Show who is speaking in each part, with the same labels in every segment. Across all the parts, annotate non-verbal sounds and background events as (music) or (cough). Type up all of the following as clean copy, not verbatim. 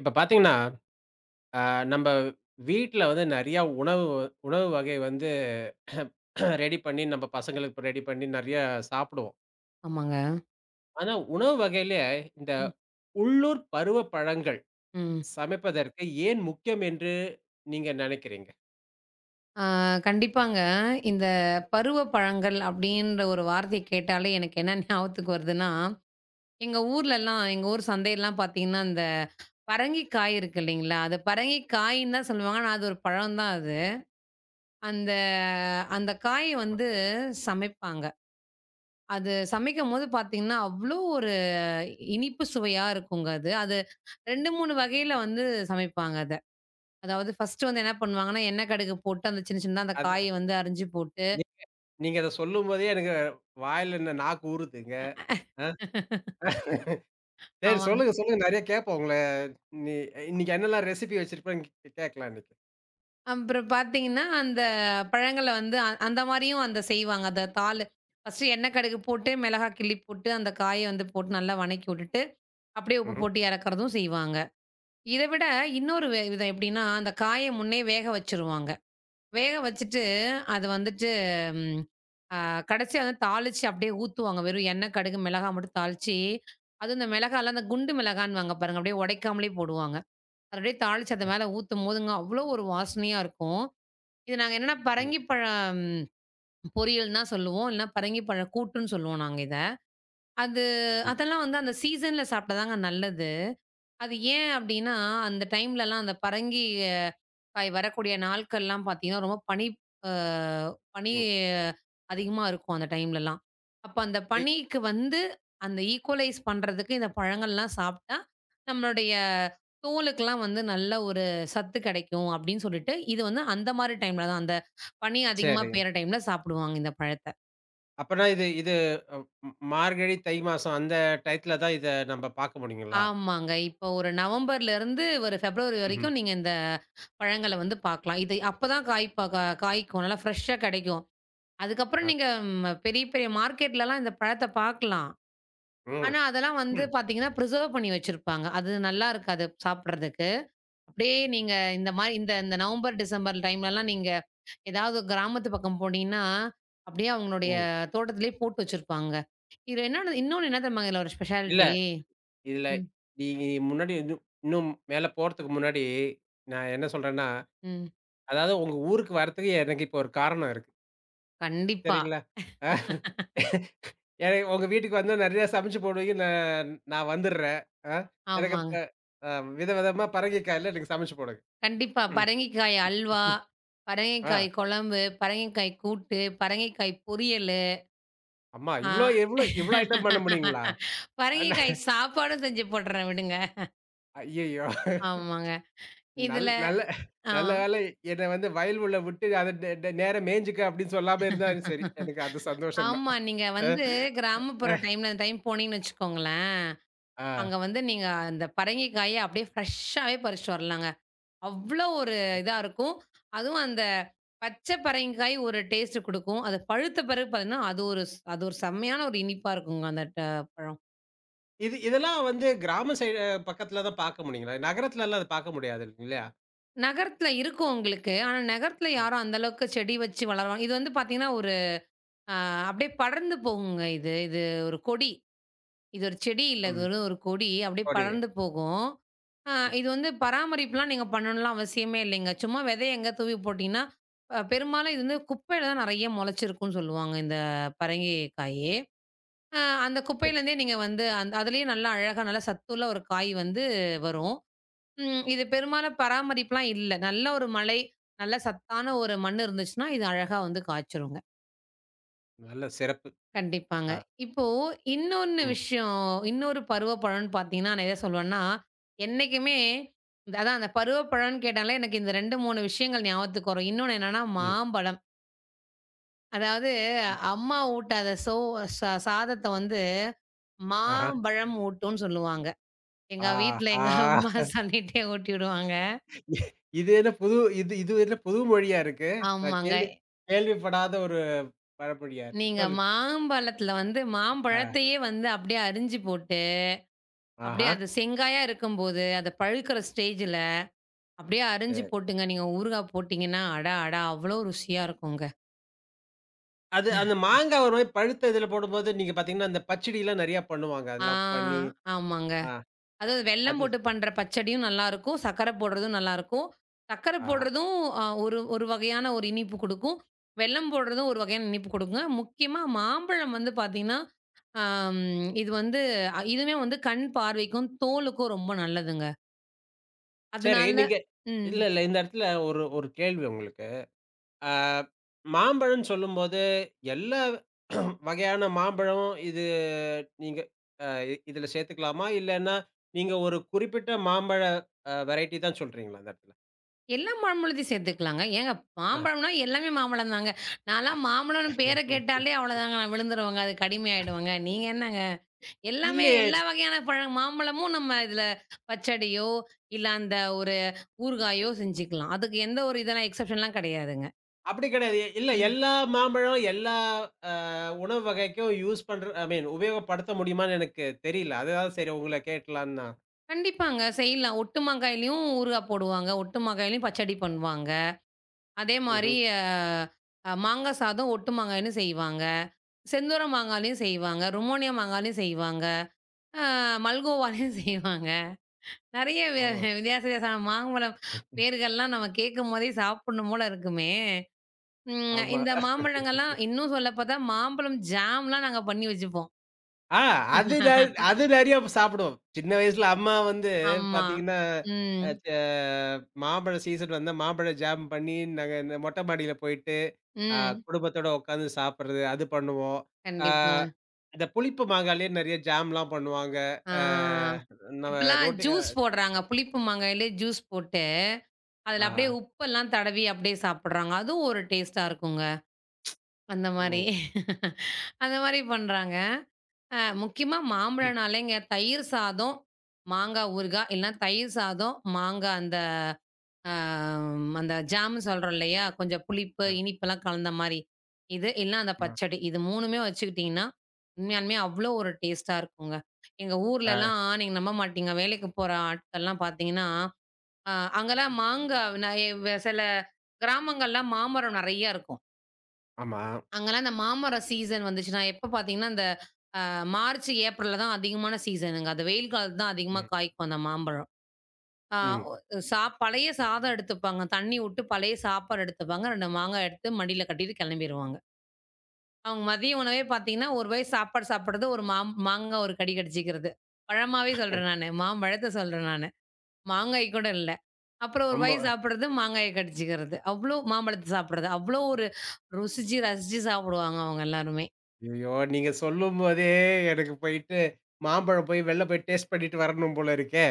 Speaker 1: இப்ப பார்த்தீங்கன்னா, அ நம்ப வீட்ல வந்து நெறையா உணவு உணவு வகை வந்து (clears throat) ரெடி பண்ணி நம்ம பசங்களுக்கு ரெடி பண்ணி நெறையா சாப்பிடுவோம்.
Speaker 2: ஆமாங்க.
Speaker 1: ஆனா, உணவு வகையில இந்த
Speaker 2: ம்.
Speaker 1: உள்ளூர் பருவ பழங்கள்
Speaker 2: ம்.
Speaker 1: சமைப்பதற்கு ஏன் முக்கியம் என்று நீங்க நெனைக்கிறீங்க?
Speaker 2: ஆ கண்டிப்பாங்க. இந்த பருவ பழங்கள் அப்டின்ற ஒரு வார்த்தைய கேட்டாலே எனக்கு என்ன ஞாபகத்துக்கு வருதுன்னா, எங்க ஊர் சந்தையெல்லாம் பார்த்தீங்கன்னா, அந்த பரங்கிக்காய் இருக்கு இல்லைங்களா? அது பரங்கிக்காயின்னு தான் சொல்லுவாங்க. ஆனா அது ஒரு பழம் தான் அது. அந்த அந்த காய் வந்து சமைப்பாங்க. அது சமைக்கும்போது பார்த்தீங்கன்னா, அவ்ளோ ஒரு இனிப்பு சுவையா இருக்குங்க அது. அது 2, 3 வகையில வந்து சமைப்பாங்க அது. அதாவது ஃபர்ஸ்ட்டு வந்து என்ன பண்ணுவாங்கன்னா, எண்ணெய் கடுகு போட்டு அந்த சின்ன சின்னதா அந்த
Speaker 1: அது
Speaker 2: காய வந்து அரிஞ்சு போட்டு
Speaker 1: நீ நீங்க அத சொல்லும்போதே எனக்கு வாயில என்ன நாக்கு ஊறுதுங்க. அ சரி
Speaker 2: ஆமா.
Speaker 1: சொல்லுங்க, சொல்லுங்க. நெறைய கேட்போம் உங்கள. நீ இன்னைக்கு என்னலாம் ரெசிபி வச்சிருப்பேன்னு கேட்கலாம் இன்னைக்கு.
Speaker 2: அப்புறம் பார்த்தீங்கன்னா, அந்த பழங்கள வந்து அந்த மாரியும் அந்த செய்வாங்க. அந்த தாளு ஃபர்ஸ்ட்டு எண்ணெய் கடுகு போட்டு, மிளகாய் கிள்ளி போட்டு, அந்த காய வந்து போட்டு நல்லா வணக்கி விட்டுட்டு, அப்படியே உப்பு
Speaker 1: ம்ஹ்ம்.
Speaker 2: போட்டு இறக்குறதும் செய்வாங்க. இத விட இன்னொரு விதம் எப்படின்னா, அந்த காய முன்னே வேக வச்சுருவாங்க. வேக வச்சுட்டு, அது வந்துட்டு ம் ஆ கடைசியா வந்து தாளிச்சு அப்படியே ஊத்துவாங்க. வெறும் எண்ணெய், கடுகு, மிளகாய் மட்டும் தாளிச்சு, அதுவும் இந்த மிளகாய்லாம் அந்த குண்டு மிளகான்னுவாங்க பாருங்க. அப்படியே உடைக்காமலே போடுவாங்க. அது அப்படியே தாளிச்சு அது மேல ஊத்தும்போதுங்க, அவ்வளோ ஒரு வாசனையா இருக்கும். இது நாங்க என்னன்னா
Speaker 1: ம்,
Speaker 2: பரங்கிப்பழம் பொரியல் தான் சொல்லுவோம். இல்லன்னா பரங்கிப்பழம் கூட்டுன்னு சொல்லுவோம் நாங்க இத. அது
Speaker 1: ம்,
Speaker 2: அதெல்லாம் வந்து அந்த சீசன்ல சாப்பிட்டா தாங்க நல்லது. அது ஏன் அப்டின்னா, அந்த டைம்லலாம் அந்த பரங்கி அ காய் வரக்கூடிய நாட்கள்லாம் பார்த்தீங்கன்னா, ரொம்ப பனி அ பனி
Speaker 1: ம்.
Speaker 2: அதிகமா இருக்கும் அந்த டைம்லலாம். அப்ப அந்த
Speaker 1: எய்
Speaker 2: பனிக்கு வந்து அந்த ஈக்குவலைஸ் பண்றதுக்கு இந்த பழங்கள்லாம் சாப்ட்டா, நம்மளுடைய தோலுக்கெல்லாம் வந்து நல்ல ஒரு சத்து கெடைக்கும் அப்டின்னு சொல்லிட்டு, இது வந்து அந்த மாரி டைம்ல தான், அந்த பனி அதிகமா
Speaker 1: சரி.
Speaker 2: பெய்ற டைம்ல சாப்பிடுவாங்க இந்த பழத்த.
Speaker 1: அப்பன்னா இது இது அ ம் மார்கழி, தை மாசம் அந்த டயத்துல தான் இத நம்ப பாக்க முடியுங்களா?
Speaker 2: ஆமாங்க. இப்போ ஒரு நவம்பர்லருந்து ஒரு பிப்ரவரி
Speaker 1: ம்ஹ்ம்.
Speaker 2: வரைக்கும் நீங்க இந்த பழங்கள வந்து பார்க்கலாம். இது அப்பதான் காய்ப்பா கா காய்க்கும். நல்லா ஃப்ரெஷ்ஷா கெடைக்கும். அதுக்கப்புறம்
Speaker 1: அப்
Speaker 2: நீங்க பெரிய, பெரிய மார்க்கெட்லலாம் இந்த பழத்த பார்க்கலாம்.
Speaker 1: ம்.
Speaker 2: ஆனா, அதெல்லாம் வந்து
Speaker 1: ம்.
Speaker 2: பார்த்தீங்கன்னா, பிரிசர்வ் பண்ணி வச்சிருப்பாங்க. அது நல்லா இருக்காது சாப்பிடுறதுக்கு. அப்படியே நீங்க இந்த மாரி இந்த இந்த நவம்பர், டிசம்பர் டைம்லலாம் நீங்க ஏதாவது கிராமத்து பக்கம் போனீங்கன்னா, அப்படியே அவங்களுடைய
Speaker 1: ம்.
Speaker 2: தோட்டத்திலேயே போட்டு வச்சிருப்பாங்க. இது என்னோட இன்னொன்னு என்ன தெரியுமாங்க இதுல ஒரு
Speaker 1: இல்ல
Speaker 2: ஸ்பெஷாலிட்டி?
Speaker 1: இதுல
Speaker 2: ம்,
Speaker 1: நீங்க முன்னாடி இன்னும் இன்னும் மேல போறதுக்கு முன்னாடி, நான் என்ன சொல்றேன்னா,
Speaker 2: ம்.
Speaker 1: அதாவது உங்க ஊருக்கு வரத்துக்கு எனக்கு இப்போ ஒரு காரணம் இருக்கு.
Speaker 2: கண்டிப்பா.
Speaker 1: சரிங்களா? அ ஏன்னா உங்க வீட்டுக்கு வந்தா நெறையா சமைச்சு போடுவீங்க. நான் நான் வந்துடுறேன். அ எனக்கு இப்ப
Speaker 2: ஆமாங்க.
Speaker 1: அ விதவிதமா பரங்கிக்காய்ல எனக்கு சமைச்சு போடுங்க.
Speaker 2: கண்டிப்பா.
Speaker 1: ம்.
Speaker 2: பரங்கிக்காய் அல்வா,
Speaker 1: ஆ
Speaker 2: பரங்கிக்காய் குழம்பு, பரங்கிக்காய் கூட்டு, பரங்கிக்காய் பொரியலு.
Speaker 1: அம்மா
Speaker 2: ஆ
Speaker 1: இவ்ளோ இவ்ளோ இவ்ளோ ஐட்டம் பண்ண முடியுங்களா?
Speaker 2: பரங்கிக்காய் சாப்பாடும் செஞ்சு போடுறேன் விடுங்க.
Speaker 1: ஐயய்யோ!
Speaker 2: ஆமாங்க. இதுல
Speaker 1: நல்ல
Speaker 2: ஆ.
Speaker 1: நல்ல வேளை என்ன வந்து வயல் உள்ள விட்டு அத நே நே நேரா மேய்ஞ்சுக்க அப்படின்னு சொல்லாம இருந்தாரு சரி. எனக்கு அது சந்தோஷம் தான்.
Speaker 2: ஆமா. நீங்க
Speaker 1: அ,
Speaker 2: வந்து கிராமப்புற
Speaker 1: அ,
Speaker 2: டைம்ல அந்த டைம் போனீங்கன்னு வச்சுக்கோங்களேன்,
Speaker 1: ஆ.
Speaker 2: அங்க வந்து நீங்க அந்த பரங்கிக்காய அப்படியே ஃப்ரெஷ்ஷாவே பறிச்சுட்டு வரலாங்க. அவ்ளோ ஒரு இதா இருக்கும். அதுவும் அந்த பச்சை பரங்கிக்காய் ஒரு டேஸ்ட் குடுக்கும். அது பழுத்த பிறகு பார்த்தீங்கன்னா, அது ஒரு செம்மையான ஒரு இனிப்பா இருக்குங்க அந்த பழம்.
Speaker 1: இதெல்லாம் வந்து கிராம சைடு பக்கத்துல தான் பார்க்க முடியுங்களா? நகரத்துலலாம் அத பார்க்க முடியாது இல்லையா?
Speaker 2: நகரத்துல இருக்கும் உங்களுக்கு. ஆனா நகரத்துல யாரும் அந்த அளவுக்கு செடி வச்சு வளர்வாங்க. இது வந்து பார்த்தீங்கன்னா, ஒரு அ அப்படியே படர்ந்து போகுங்க இது. இது ஒரு கொடி. இது ஒரு செடி இல்ல. இது
Speaker 1: ம்.
Speaker 2: வெறும் ஒரு கொடி. அப்படியே
Speaker 1: சரி.
Speaker 2: படர்ந்து போகும். அ இது வந்து பராமரிப்புலாம் நீங்க பண்ணணும்லாம் அவசியமே இல்லைங்க. சும்மா விதைய எங்க தூவி போட்டீங்கன்னா, பெரும்பாலும் இது வந்து குப்பையில தான் நெறைய மொளச்சிருக்கும்ன்னு சொல்லுவாங்க, இந்த பரங்கி காயி. அ அந்த
Speaker 1: சரி.
Speaker 2: குப்பையிலேருந்தே நீங்க வந்து அந்த அதிலேயே நல்லா அழகா நல்லா சத்துள்ள ஒரு காய் வந்து வரும். இது பெரும்பாலும் பராமரிப்புலாம் இல்ல. நல்ல ஒரு மழை, நல்ல சத்தான ஒரு மண் இருந்துச்சுன்னா, இது அழகா வந்து காய்ச்சிருங்க.
Speaker 1: நல்ல சிறப்பு.
Speaker 2: கண்டிப்பாங்க.
Speaker 1: ஆ.
Speaker 2: இப்போ இன்னொன்னு
Speaker 1: ம்.
Speaker 2: விஷயம், இன்னொரு பருவ பழம்ன்னு பார்த்தீங்கன்னா, நான் எத சொல்லுவேன்னா, என்னைக்குமே அதான் அந்த பருவ பழம்ன்னு கேட்டாலே எனக்கு இந்த 2, 3 விஷயங்கள் ஞாபகத்துக்கு வரும். இன்னொன்னு என்னன்னா
Speaker 1: ம்.
Speaker 2: மாம்பழம். அதாவது
Speaker 1: ம்.
Speaker 2: அம்மா ஊட்டாத சோ ச சாதத்த வந்து
Speaker 1: ஆஹா.
Speaker 2: மாம்பழம் ஊட்டும்ன்னு சொல்லுவாங்க. எங்க வீட்ல எங்க
Speaker 1: ஆஹா!
Speaker 2: அம்மா (laughs) சொல்லிட்டே ஊட்டி விடுவாங்க.
Speaker 1: இ இது என்ன புது இது இது என்ன புது மொழியா இருக்கு? நான்
Speaker 2: ஆமாங்க.
Speaker 1: கேள்விப்படாத ஒரு பழமொழியா இருக்கு.
Speaker 2: நீங்க
Speaker 1: சொல்லு.
Speaker 2: மாம்பழத்துல வந்து
Speaker 1: ஆ.
Speaker 2: மாம்பழத்தையே வந்து அப்படியே அரிஞ்சு போட்டு, அப்படியே
Speaker 1: ஆஹா.
Speaker 2: அது செங்காயா இருக்கும்போது, அது பழுக்கிற ஸ்டேஜ்ல அப்படியே அரிஞ்சு போட்டுங்க. நீங்க ஊறுகாய் போட்டீங்கன்னா, அடா! அடா! அவ்ளோ ருசியா இருக்குங்க.
Speaker 1: அது அந்த மாங்காய் ஒரு மாரி பழுத்த இதில போடும்போது, நீங்க பார்த்தீங்கன்னா, அந்த பச்சடிலாம் நெறையா பண்ணுவாங்க.
Speaker 2: ஆ,
Speaker 1: அதெல்லாம் பண்ணி
Speaker 2: ஆமாங்க.
Speaker 1: ஆ
Speaker 2: அதாவது வெல்லம்
Speaker 1: அது
Speaker 2: போட்டு பண்ற பச்சடியும் நல்லாருக்கும். சர்க்கரை போடுறதும் நல்லாருக்கும். சர்க்கரை
Speaker 1: ஆஹா.
Speaker 2: போடுறதும் ஒரு ஒரு வகையான ஒரு இனிப்பு குடுக்கும். வெல்லம் போடுறதும் ஒரு வகையான இனிப்பு குடுக்குங்க. முக்கியமா மாம்பழம் வந்து பாத்தீங்கன்னா, அம் இது வந்து இதுவுமே வந்து கண் பார்வைக்கும், தோலுக்கும் ரொம்ப நல்லதுங்க.
Speaker 1: சரி
Speaker 2: அதனால
Speaker 1: நீங்க
Speaker 2: ம்.
Speaker 1: இல்ல, இல்ல. இந்த இடத்துல ஒரு ஒரு கேள்வி உங்களுக்கு. ஆ மாம்பழம்ன்னு சொல்லும்போது, எல்லா வகையான மாம்பழம் இது நீங்க அ இதில சேர்த்துக்கலாமா? இல்லன்னா, நீங்க ஒரு குறிப்பிட்ட மாம்பழ வெரைட்டி தான் சொல்றீங்களா இந்த இடத்துல?
Speaker 2: எல்லா மாம்பழத்தையும் சேர்த்துக்கலாங்க. ஏங்க
Speaker 1: ஆ.
Speaker 2: மாம்பழம்னா எல்லாமே மாம்பழம் தாங்க. நான்லாம் மாம்பழம்னு பேர கேட்டாலே அவ்வளோதாங்க நான் விழுந்துருவேங்க. அது கடிமையாயிடுவேங்க. நீங்க என்னங்க? எல்லாமே
Speaker 1: இல்லையே!
Speaker 2: எல்லா வகையான பழம் மாம்பழமும் நம்ம இதில பச்சடியோ, இல்ல அந்த ஒரு ஊறுகாயோ செஞ்சுக்கலாம். அதுக்கு எந்த ஒரு இதெல்லாம் எக்செப்ஷன்லாம் கிடையாதுங்க.
Speaker 1: அப்படி கிடையாது. இல்ல
Speaker 2: ம்.
Speaker 1: எல்லா மாம்பழம், எல்லா அ உணவு வகைக்கும் யூஸ் பண்ற ஐ மீன் உபயோகப்படுத்த முடியுமான்னு எனக்கு தெரியல. அதுதான் சரி உங்கள கேட்கலான்னு நான்.
Speaker 2: கண்டிப்பாங்க செய்யலாம். ஒட்டு மாங்காய்லயும் ஊறுகாய் போடுவாங்க. ஒட்டு மாங்காய்லயும் பச்சடி பண்ணுவாங்க. அதே மாரி
Speaker 1: ம்ஹ்ம்.
Speaker 2: அ அ மாங்கா சாதம் ஒட்டு மாங்காய்ன்னு செய்வாங்க. செந்தூர மாங்காய்லயும் செய்வாங்க. ருமோனியா மாங்காய்லயும் செய்வாங்க. ஆ மல்கோவாலயும் (laughs) செய்வாங்க. நெறைய
Speaker 1: ஓ!
Speaker 2: வித்தியாசமான மாம்பழம் பேர்கள்லாம் நம்ம கேட்கும்போதே சாப்பிடணும் போல இருக்குமே!
Speaker 1: ஆமா.
Speaker 2: இந்த மாம்பழங்கள்லாம் இன்னும் சொல்ல பார்த்தா, மாம்பழம் ஜாம்லாம் நாங்க பண்ணி வச்சுப்போம்.
Speaker 1: ஆ அது நெ
Speaker 2: (laughs)
Speaker 1: அது நெறைய சாப்பிடுவோம். சின்ன வயசுல அம்மா வந்து
Speaker 2: ஆமா.
Speaker 1: பார்த்தீங்கன்னா,
Speaker 2: ம்.
Speaker 1: அ ச மாம்பழ சீசன் வந்தா மாம்பழ ஜாம் பண்ணி நாங்க இந்த மொட்டை மாடியில போயிட்டு, அ
Speaker 2: ம்.
Speaker 1: குடும்பத்தோட உட்காந்து சாப்பிடுறது, அது பண்ணுவோம். ஆ
Speaker 2: கண்டிப்பாங்க.
Speaker 1: இந்த புளிப்பு மாங்காயிலயே நெறைய ஜாம்லாம் பண்ணுவாங்க.
Speaker 2: ஆ.
Speaker 1: அ நம்ம
Speaker 2: இப்பலாம்
Speaker 1: ரோட்டி.
Speaker 2: ஜூஸ் போடுறாங்க. புளிப்பு மாங்காயிலே ஜூஸ் போட்டு, அதுல அப்படியே
Speaker 1: ஆ.
Speaker 2: உப்பெல்லாம் தடவி அப்படியே சாப்பிடுறாங்க. அதுவும் ஒரு டேஸ்ட்டா இருக்குங்க. அந்த மாரி.
Speaker 1: ம்.
Speaker 2: (laughs) அந்த மாரி பண்றாங்க. முக்கியமா மாம்பழம்னாலேங்க தயிர் சாதம், மாங்காய் ஊறுகாய், இல்லன்னா தயிர் சாதம், மாங்காய் அந்த அ அந்த ஜாம்ன்னு சொல்றோம் இல்லையா? கொஞ்சம் புளிப்பு,
Speaker 1: ம்,
Speaker 2: இனிப்பெல்லாம் கலந்த மாரி. இது இல்லன்னா அந்த
Speaker 1: ஆமா.
Speaker 2: பச்சடி. இது 3மே வச்சுக்கிட்டீங்கன்னா, உண்மையாலுமே அவ்ளோ ஒரு டேஸ்ட்டா இருக்குங்க. எங்க
Speaker 1: அ
Speaker 2: ஊர்லலாம் நீங்க நம்ப மாட்டீங்க. வேலைக்கு போற ஆட்கள்லாம் பார்த்தீங்கன்னா, அ அங்கலாம் மாங்கா ந எ சில கிராமங்கள்லாம் மாமரம் நெறையா இருக்கும்.
Speaker 1: ஆமா.
Speaker 2: அங்கலாம் இந்த மாமரம் சீசன் வந்துச்சுன்னா, எப்ப பார்த்தீங்கன்னா, இந்த அ மார்ச், ஏப்ரல்ல தான் அதிகமான சீசனுங்க. அது வெயில் காலத்துல தான் அதிகமா
Speaker 1: ம்,
Speaker 2: காய்க்கும் அந்த மாம்பழம். ஆ
Speaker 1: ம்.
Speaker 2: ஒ சா பழைய சாதம் எடுத்துப்பாங்க. தண்ணி விட்டு பழைய சாப்பாடு எடுத்துப்பாங்க. 2 மாங்காய் எடுத்து மடியில கட்டிட்டு கெளம்பிருவாங்க. அவங்க மதிய உணவே பார்த்தீங்கன்னா, ஒரு வாய் சாப்பாடு சாப்பிடுறது, ஒரு மாங்காய் ஒரு கடி கடிச்சிக்கிறது. பழமாவே சொல்றேன் நானு. மாம்பழத்த சொல்றேன் நானு. மாங்காய் கூட இல்ல. அப்புறம் ஒரு
Speaker 1: ரொம்ப
Speaker 2: வாய் சாப்பிடுறது, மாங்காய கடிச்சிக்கிறது. அவ்ளோ மாம்பழத்த சாப்பிடுறது. அவ்ளோ ஒரு ருசிச்சு, ரசிச்சு சாப்பிடுவாங்க அவங்க எல்லாருமே.
Speaker 1: ஐயயோ! நீங்க சொல்லும்போதே எனக்கு போயிட்டு மாம்பழம் போய் வெளில போய் டேஸ்ட் பண்ணிட்டு வரணும் போல இருக்கே!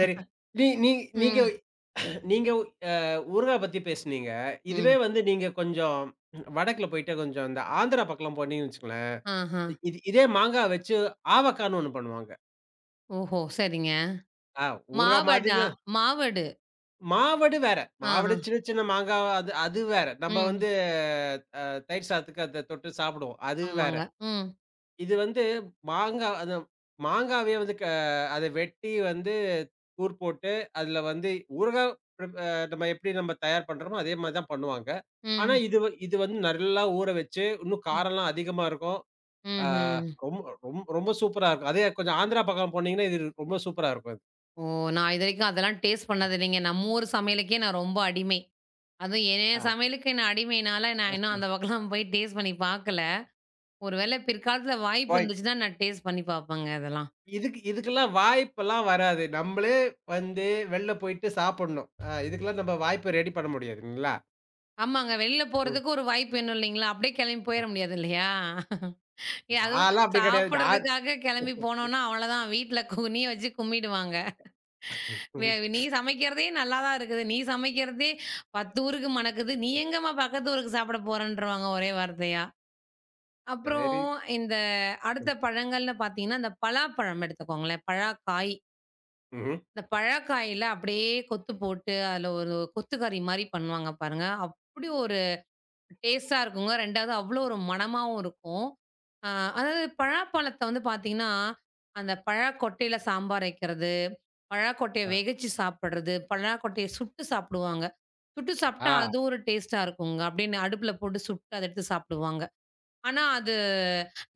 Speaker 1: சரி. நீ நீ நீங்க
Speaker 2: ம்.
Speaker 1: நீங்க அ ஊறுகாய் பத்தி பேசுனீங்க. இதுவே
Speaker 2: ம்.
Speaker 1: வந்து நீங்க கொஞ்சம் வடக்குல போயிட்டு கொஞ்சம் இந்த ஆந்திரா பக்கம்லாம் போனீங்கன்னு வச்சுக்கோங்களேன்.
Speaker 2: ஆஹா.
Speaker 1: இதே மாங்காய் வச்சு ஆவக்கான்னு ஒண்ணு பண்ணுவாங்க.
Speaker 2: ஓஹோ! சரிங்க.
Speaker 1: ஆ ஊறுகாய் மாதிரி
Speaker 2: மாவடா?
Speaker 1: தான்
Speaker 2: மாவடு.
Speaker 1: மாவடு வேற. மாவடு
Speaker 2: ஆஹா.
Speaker 1: சின்ன சின்ன மாங்காவா அது அது வேற. நம்ம
Speaker 2: ம்.
Speaker 1: வந்து அ தயிர் சாதத்துக்கு அத தொட்டு சாப்பிடுவோம். அது வேற.
Speaker 2: ஆமாங்க. ம்.
Speaker 1: இது வந்து மாங்கா அது மாங்காவே வந்து அத வெட்டி வந்து தூர் போட்டு, அதுல வந்து ஊறுகாய் பிரிப் அ நம்ம எப்படி நம்ம தயார் பண்றோமோ, அதே மாரி தான் பண்ணுவாங்க. ஆனா
Speaker 2: ம்.
Speaker 1: இது வந்து நல்லா ஊற வச்சு, இன்னும்
Speaker 2: ம்.
Speaker 1: காரம்லாம் அதிகமா இருக்கும். ஆ
Speaker 2: ம்ஹ்ம்.
Speaker 1: ரொம்ப ரொம்ப சூப்பரா இருக்கும். அதே கொஞ்சம் ஆந்திரா பக்கம் போனீங்கன்னா, இது ரொம்ப சூப்பரா இருக்கும். இது.
Speaker 2: ஓ! நான் இதுவரைக்கும் அதெல்லாம் டேஸ்ட் பண்ணதில்லைங்க. நம்ம ஊர் சமையலுக்கே நான் ரொம்ப அடிமை. அதுவும் என்
Speaker 1: ஆ.
Speaker 2: சமையலுக்கு நான் அடிமைனால, நான் இன்னும் அந்த பக்கம்லாம் போய் டேஸ்ட் பண்ணி பார்க்கல. ஒரு வேள பிற்காலத்துல வாய்ப்பு
Speaker 1: வாய்
Speaker 2: இருந்துச்சுன்னா, நான் டேஸ்ட் பண்ணி பார்ப்பேங்க அதெல்லாம்.
Speaker 1: இதுக்கு வாய்ப்பெல்லாம் வராது. நம்மளே வந்து வெளில போயிட்டு சாப்பிடணும். இதுக்கெல்லாம் நம்ம வாய்ப்பு ரெடி பண்ண முடியாதுங்களா?
Speaker 2: ஆமாங்க. வெளில
Speaker 1: ம்.
Speaker 2: போறதுக்கு ஒரு வாய்ப்பு வேணும் இல்லைங்களா? அப்படியே கிளம்பி போயிற முடியாது இல்லையா? அதுவும்
Speaker 1: நான்லாம் அப்படி கிடையாது. நான்
Speaker 2: சாப்பிடறதுக்காக கிளம்பி போனோம்னா, அவ்வளோதான். வீட்ல குனிய வச்சு கும்பிடுவாங்க. வே
Speaker 1: ம்.
Speaker 2: நீ சமைக்கிறதே நல்லா தான் இருக்குது. நீ சமைக்கிறதே 10 ஊருக்கு மணக்குது. நீ எங்கம்மா பக்கத்து ஊருக்கு சாப்பிட போறன்ருவாங்க ஒரே வார்த்தையா. அப்புறம்
Speaker 1: சரி.
Speaker 2: இந்த அடுத்த
Speaker 1: ம்.
Speaker 2: பழங்கள்னு பார்த்தீங்கன்னா, இந்த பலாப்பழம் எடுத்துக்கோங்களேன். பலாக்காய்.
Speaker 1: ம்ஹ்ம்.
Speaker 2: இந்த பலாக்காயில அப்படியே கொத்து போட்டு, அதில ஒரு கொத்துக்கறி மாரி பண்ணுவாங்க பாருங்க. அப்படி ஒரு டேஸ்ட்டா இருக்குங்க. 2வது அவ்ளோ ஒரு மணமாவும் இருக்கும். அ அதாவது பலாப்பழத்த வந்து பார்த்தீங்கன்னா, அந்த பழாக்கொட்டையில சாம்பார் வைக்கிறது, பழாக்கொட்டைய
Speaker 1: ஆ.
Speaker 2: வேகச்சு சாப்பிடுறது, பழாக்கொட்டைய சுட்டு சாப்பிடுவாங்க. சுட்டு சாப்பிட்டா
Speaker 1: ஆ.
Speaker 2: அது ஒரு டேஸ்ட்டா இருக்குங்க. அப்படியே அடுப்புல போட்டு சுட்டு அத எடுத்து சாப்பிடுவாங்க. ஆனா அது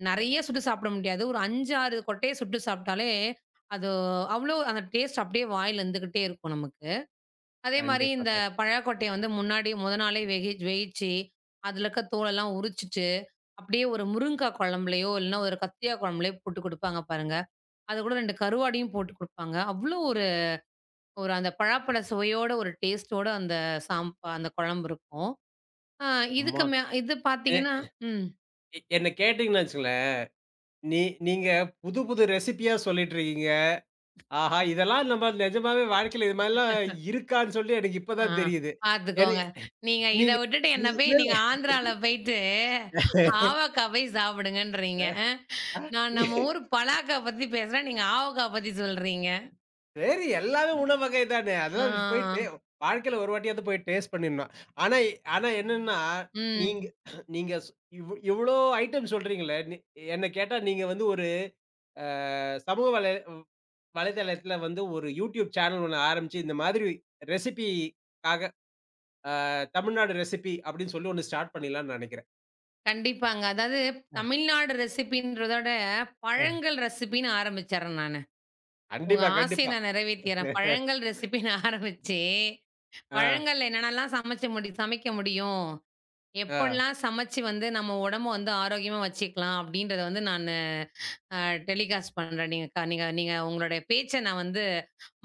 Speaker 2: நெறைய சுட்டு சாப்பிட முடியாது. ஒரு 5, 6 கொட்டைய சுட்டு சாப்பிட்டாலே, அது அவ்ளோ அந்த டேஸ்ட் அப்படியே வாயில இருந்துகிட்டே இருக்கும் நமக்கு. அதே மாரி
Speaker 1: கண்டிப்பா.
Speaker 2: இந்த பழக்கொட்டைய வந்து முன்னாடி மொத நாளே வேவிச்சு, அதுல இருக்க தோலெல்லாம் உரிச்சுட்டு, அப்படியே ஒரு முருங்கா குழம்புலயோ, இல்லன்னா ஒரு கத்திரியா குழம்புலயோ போட்டு குடுப்பாங்க பாருங்க. அது கூட 2 கருவாடையும் போட்டு குடுப்பாங்க. அவ்ளோ ஒரு ஒரு அந்த பழாப்பழ சுவையோட, ஒரு டேஸ்ட்டோட அந்த சாம்பா அந்த குழம்பு இருக்கும். ஆ
Speaker 1: அம்மா
Speaker 2: இது
Speaker 1: எ
Speaker 2: பார்த்தீங்கன்னா ம்.
Speaker 1: என்ன கேட்டீங்கன்னு வச்சுக்கங்களேன், நீ நீங்க புது புது ரெசிபியா சொல்லிட்டு இருக்கீங்க. ஆஹா! இதெல்லாம் நம்ம நிஜமாவே வாழ்க்கையில இது மாரிலாம் இருக்கான்னு சொல்லி எனக்கு இப்ப
Speaker 2: ஆ
Speaker 1: தான் தெரியுது. ஏன்னா
Speaker 2: பார்த்துக்கோங்க. நீங்க இத
Speaker 1: நீங்க
Speaker 2: விட்டுட்டு
Speaker 1: நீ
Speaker 2: என்ன
Speaker 1: இல்ல,
Speaker 2: போய்
Speaker 1: இல்ல.
Speaker 2: நீங்க ஆந்திரால போயிட்டு, ஆவக்காய் போய் சாப்பிடுங்கன்றீங்க. நான் நம்ம ஊர் பலாக்கா பத்தி பேசுறேன். நீங்க ஆவக்கா பத்தி சொல்றீங்க.
Speaker 1: சரி எல்லாமே உணவு வகை தானே. அதெல்லாம் போயிட்டு
Speaker 2: ஆ.
Speaker 1: வாழ்க்கையில ஒரு வாட்டியாவது போய் டேஸ்ட் பண்ணிடணும். ஆனா ஆனா என்னன்னா, நீங்க
Speaker 2: ம்.
Speaker 1: நீங்க ஸ் இவ் இவ்ளோ ஐட்டம் சொல்றீங்களே, என்ன கேட்டா நீங்க வந்து ஒரு சமூக வலைதளத்துல வந்து ஒரு யூடியூப் சேனல் ஒண்ணு ஆரம்பிச்சு, இந்த மாதிரி ரெசிபிக்காக தமிழ்நாடு ரெசிபி அப்படின்னு சொல்லி ஒண்ணு ஸ்டார்ட் பண்ணிடலாம்ன்னு நெனைக்கிறேன்.
Speaker 2: கண்டிப்பாங்க. அதாவது தமிழ்நாடு ரெசிபின்றதோட
Speaker 1: அ.
Speaker 2: பழங்கள் ரெசிபின்னு ஆரம்பிச்சர்றேன் நானு. உங்க
Speaker 1: கண்டிப்பா,
Speaker 2: ஆசைய
Speaker 1: கண்டிப்பா.
Speaker 2: நான் நிறைவேத்திர்றேன். பழங்கள் ரெசிபின்னு ஆரம்பிச்சு,
Speaker 1: ஆ,
Speaker 2: பழங்கள்ல என்னென்னலாம் சமைச்ச முடி சமைக்க முடியும்?
Speaker 1: ஆ,
Speaker 2: எப்படிலாம் சமைச்சு வந்து நம்ம உடம்ப வந்து ஆரோக்கியமா வச்சுக்கலாம்? அப்படின்றத வந்து நானு அ டெலிகாஸ்ட் பண்றேன். நீங்க க நீங்க நீங்க உங்களுடைய பேச்ச நான் வந்து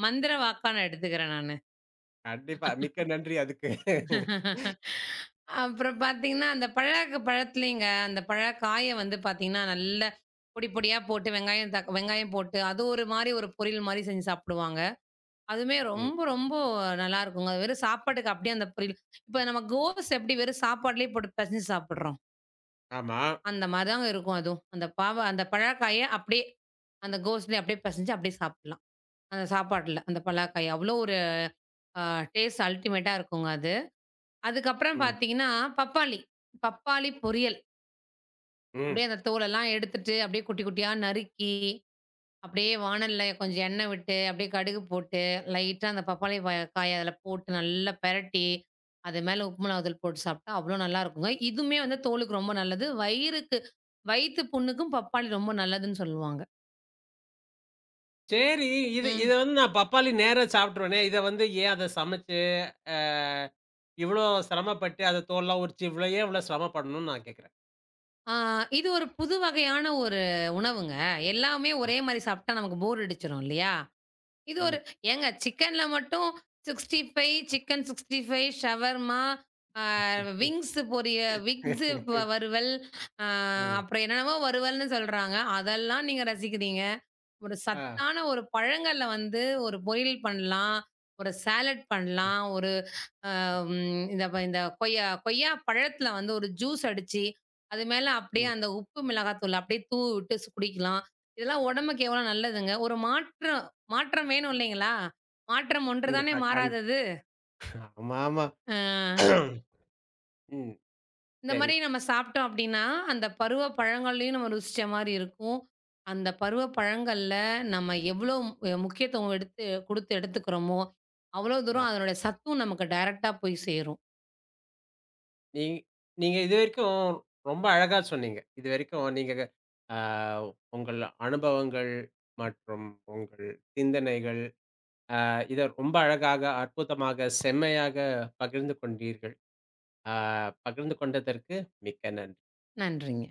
Speaker 2: மந்திர வாக்கா நான் எடுத்துக்கிறேன் நானு.
Speaker 1: கண்டிப்பா. மிக்க நன்றி அதுக்கு.
Speaker 2: அப்புறம் பார்த்தீங்கன்னா, அந்த பழக பழத்துலேங்க, அந்த பழக்காய வந்து பார்த்தீங்கன்னா, நல்ல பொடி பொடியா போட்டு வெங்காயம் போட்டு, அது ஒரு மாரி ஒரு பொரியல் மாரி செஞ்சு சாப்பிடுவாங்க. அதுவுமே
Speaker 1: ம்.
Speaker 2: ரொம்ப ரொம்ப நல்லாருக்குங்க. அது வெறும் சாப்பாட்டுக்கு அப்படியே அந்த பொரியல். இப்ப நம்ம கோஸ் எப்படி வெறும் சாப்பாட்லயே போட்டு பெசஞ்சு சாப்பிடுறோம்,
Speaker 1: ஆமா.
Speaker 2: அந்த மாரி தாங்க இருக்கும் அதுவும். அந்த பழக்காய அப்படியே அந்த கோஸ்லயே அப்படியே பெசஞ்சு அப்படியே சாப்பிடலாம். அந்த சாப்பாட்ல அந்த பலாக்காய். அவ்வளோ ஒரு அ டேஸ்ட் அல்டிமேட்டா இருக்குங்க அது. அதுக்கப்புறம்
Speaker 1: ம்,
Speaker 2: பார்த்தீங்கன்னா, பப்பாளி. பப்பாளி பொரியல்.
Speaker 1: ம்.
Speaker 2: அப்படியே அந்த தோலெல்லாம் எடுத்துட்டு, அப்படியே குட்டி குட்டியா நறுக்கி, அப்படியே வாணல்ல கொஞ்சம் எண்ணெய் விட்டு, அப்படியே கடுகு போட்டு, லைட்டா அந்த பப்பாளி காய அதில போட்டு நல்லா பெரட்டி, அது மேல உப்பு மிளகாய் தூள் போட்டு சாப்பிட்டா அவ்வளோ நல்லாருக்குங்க. இதுவுமே வந்து தோலுக்கு ரொம்ப நல்லது. வயித்து புண்ணுக்கும் பப்பாளி ரொம்ப நல்லதுன்னு சொல்லுவாங்க.
Speaker 1: சரி, இத
Speaker 2: ம்.
Speaker 1: வந்து நான் பப்பாளி நேரா சாப்பிட்டுருவேனே, இத வந்து ஏன் அத சமைச்சு, அ இவ்ளோ சிரமப்பட்டு அத தோல்லாம் உரிச்சு, இவ்ளோ ஏன் இவ்ளோ சிரமப்படணும்னு நான் கேட்கிறேன்.
Speaker 2: ஆ இது ஒரு புது வகையான ஒரு உணவுங்க. எல்லாமே ஒரே மாரி சாப்பிட்டா நமக்கு போர் அடிச்சுரும் இல்லையா? இது ஒரு
Speaker 1: ம்.
Speaker 2: ஏங்க சிக்கன்ல மட்டும் 65 சிக்கன் 65 ஷவர்மா, ஆ
Speaker 1: ம்.
Speaker 2: விங்ஸ் பொரிய விங்ஸ்
Speaker 1: (laughs)
Speaker 2: வறுவல், ஆ
Speaker 1: ம்.
Speaker 2: அப்புறம் என்னென்னவோ வறுவல்ன்னு சொல்றாங்க. அதெல்லாம் நீங்க ரசிக்கிறீங்க. ஒரு
Speaker 1: ஆ.
Speaker 2: சத்தான ஒரு பழங்கள்ல வந்து ஒரு பொரியல் பண்ணலாம். ஒரு சாலட்
Speaker 1: ம்.
Speaker 2: பண்ணலாம். ஒரு ம். இந்த இந்த கொய்யா கொய்யா பழத்தில வந்து ஒரு ஜூஸ் அடிச்சு, அது மேல அப்படியே
Speaker 1: ம்.
Speaker 2: அந்த உப்பு மிளகாத்தூள் அப்படியே தூவி விட்டு குடிக்கலாம். இதெல்லாம் உடம்புக்கு எவ்வளோ நல்லதுங்க. ஒரு மாற்றம் மாற்றம் வேணும் இல்லைங்களா? மாற்றம் ஒன்று தானே
Speaker 1: கண்டிப்பா, கண்டிப்பா.
Speaker 2: மாறாதது.
Speaker 1: ஆமாமா.
Speaker 2: அ
Speaker 1: ம்.
Speaker 2: இந்த
Speaker 1: சரி.
Speaker 2: மாரி நம்ம சாப்பிட்டோம் அப்படின்னா, அந்த பருவ பழங்கள்லயும் நம்ம ருசிச்ச மாரி இருக்கும். அந்த பருவ பழங்கள்ல நம்ம எவ்வளோ முக்கியத்துவம் எடுத்துக்கிறோமோ, அவ்வளோ
Speaker 1: அ
Speaker 2: தூரம் அதனுடைய சத்தும் நமக்கு டைரக்ட்டா போய் சேரும்.
Speaker 1: நீ நீங்க இதுவரைக்கும் ரொம்ப அழகா சொன்னீங்க. இதுவரைக்கும் நீங்க அ உங்கள் அனுபவங்கள் மற்றும் உங்கள் சிந்தனைகள் இத ரொம்ப அழகாக, அற்புதமாக, செம்மையாக பகிர்ந்து கொண்டீர்கள். அ பகிர்ந்து கொண்டதற்கு மிக்க நன்றி.
Speaker 2: நன்றிங்க.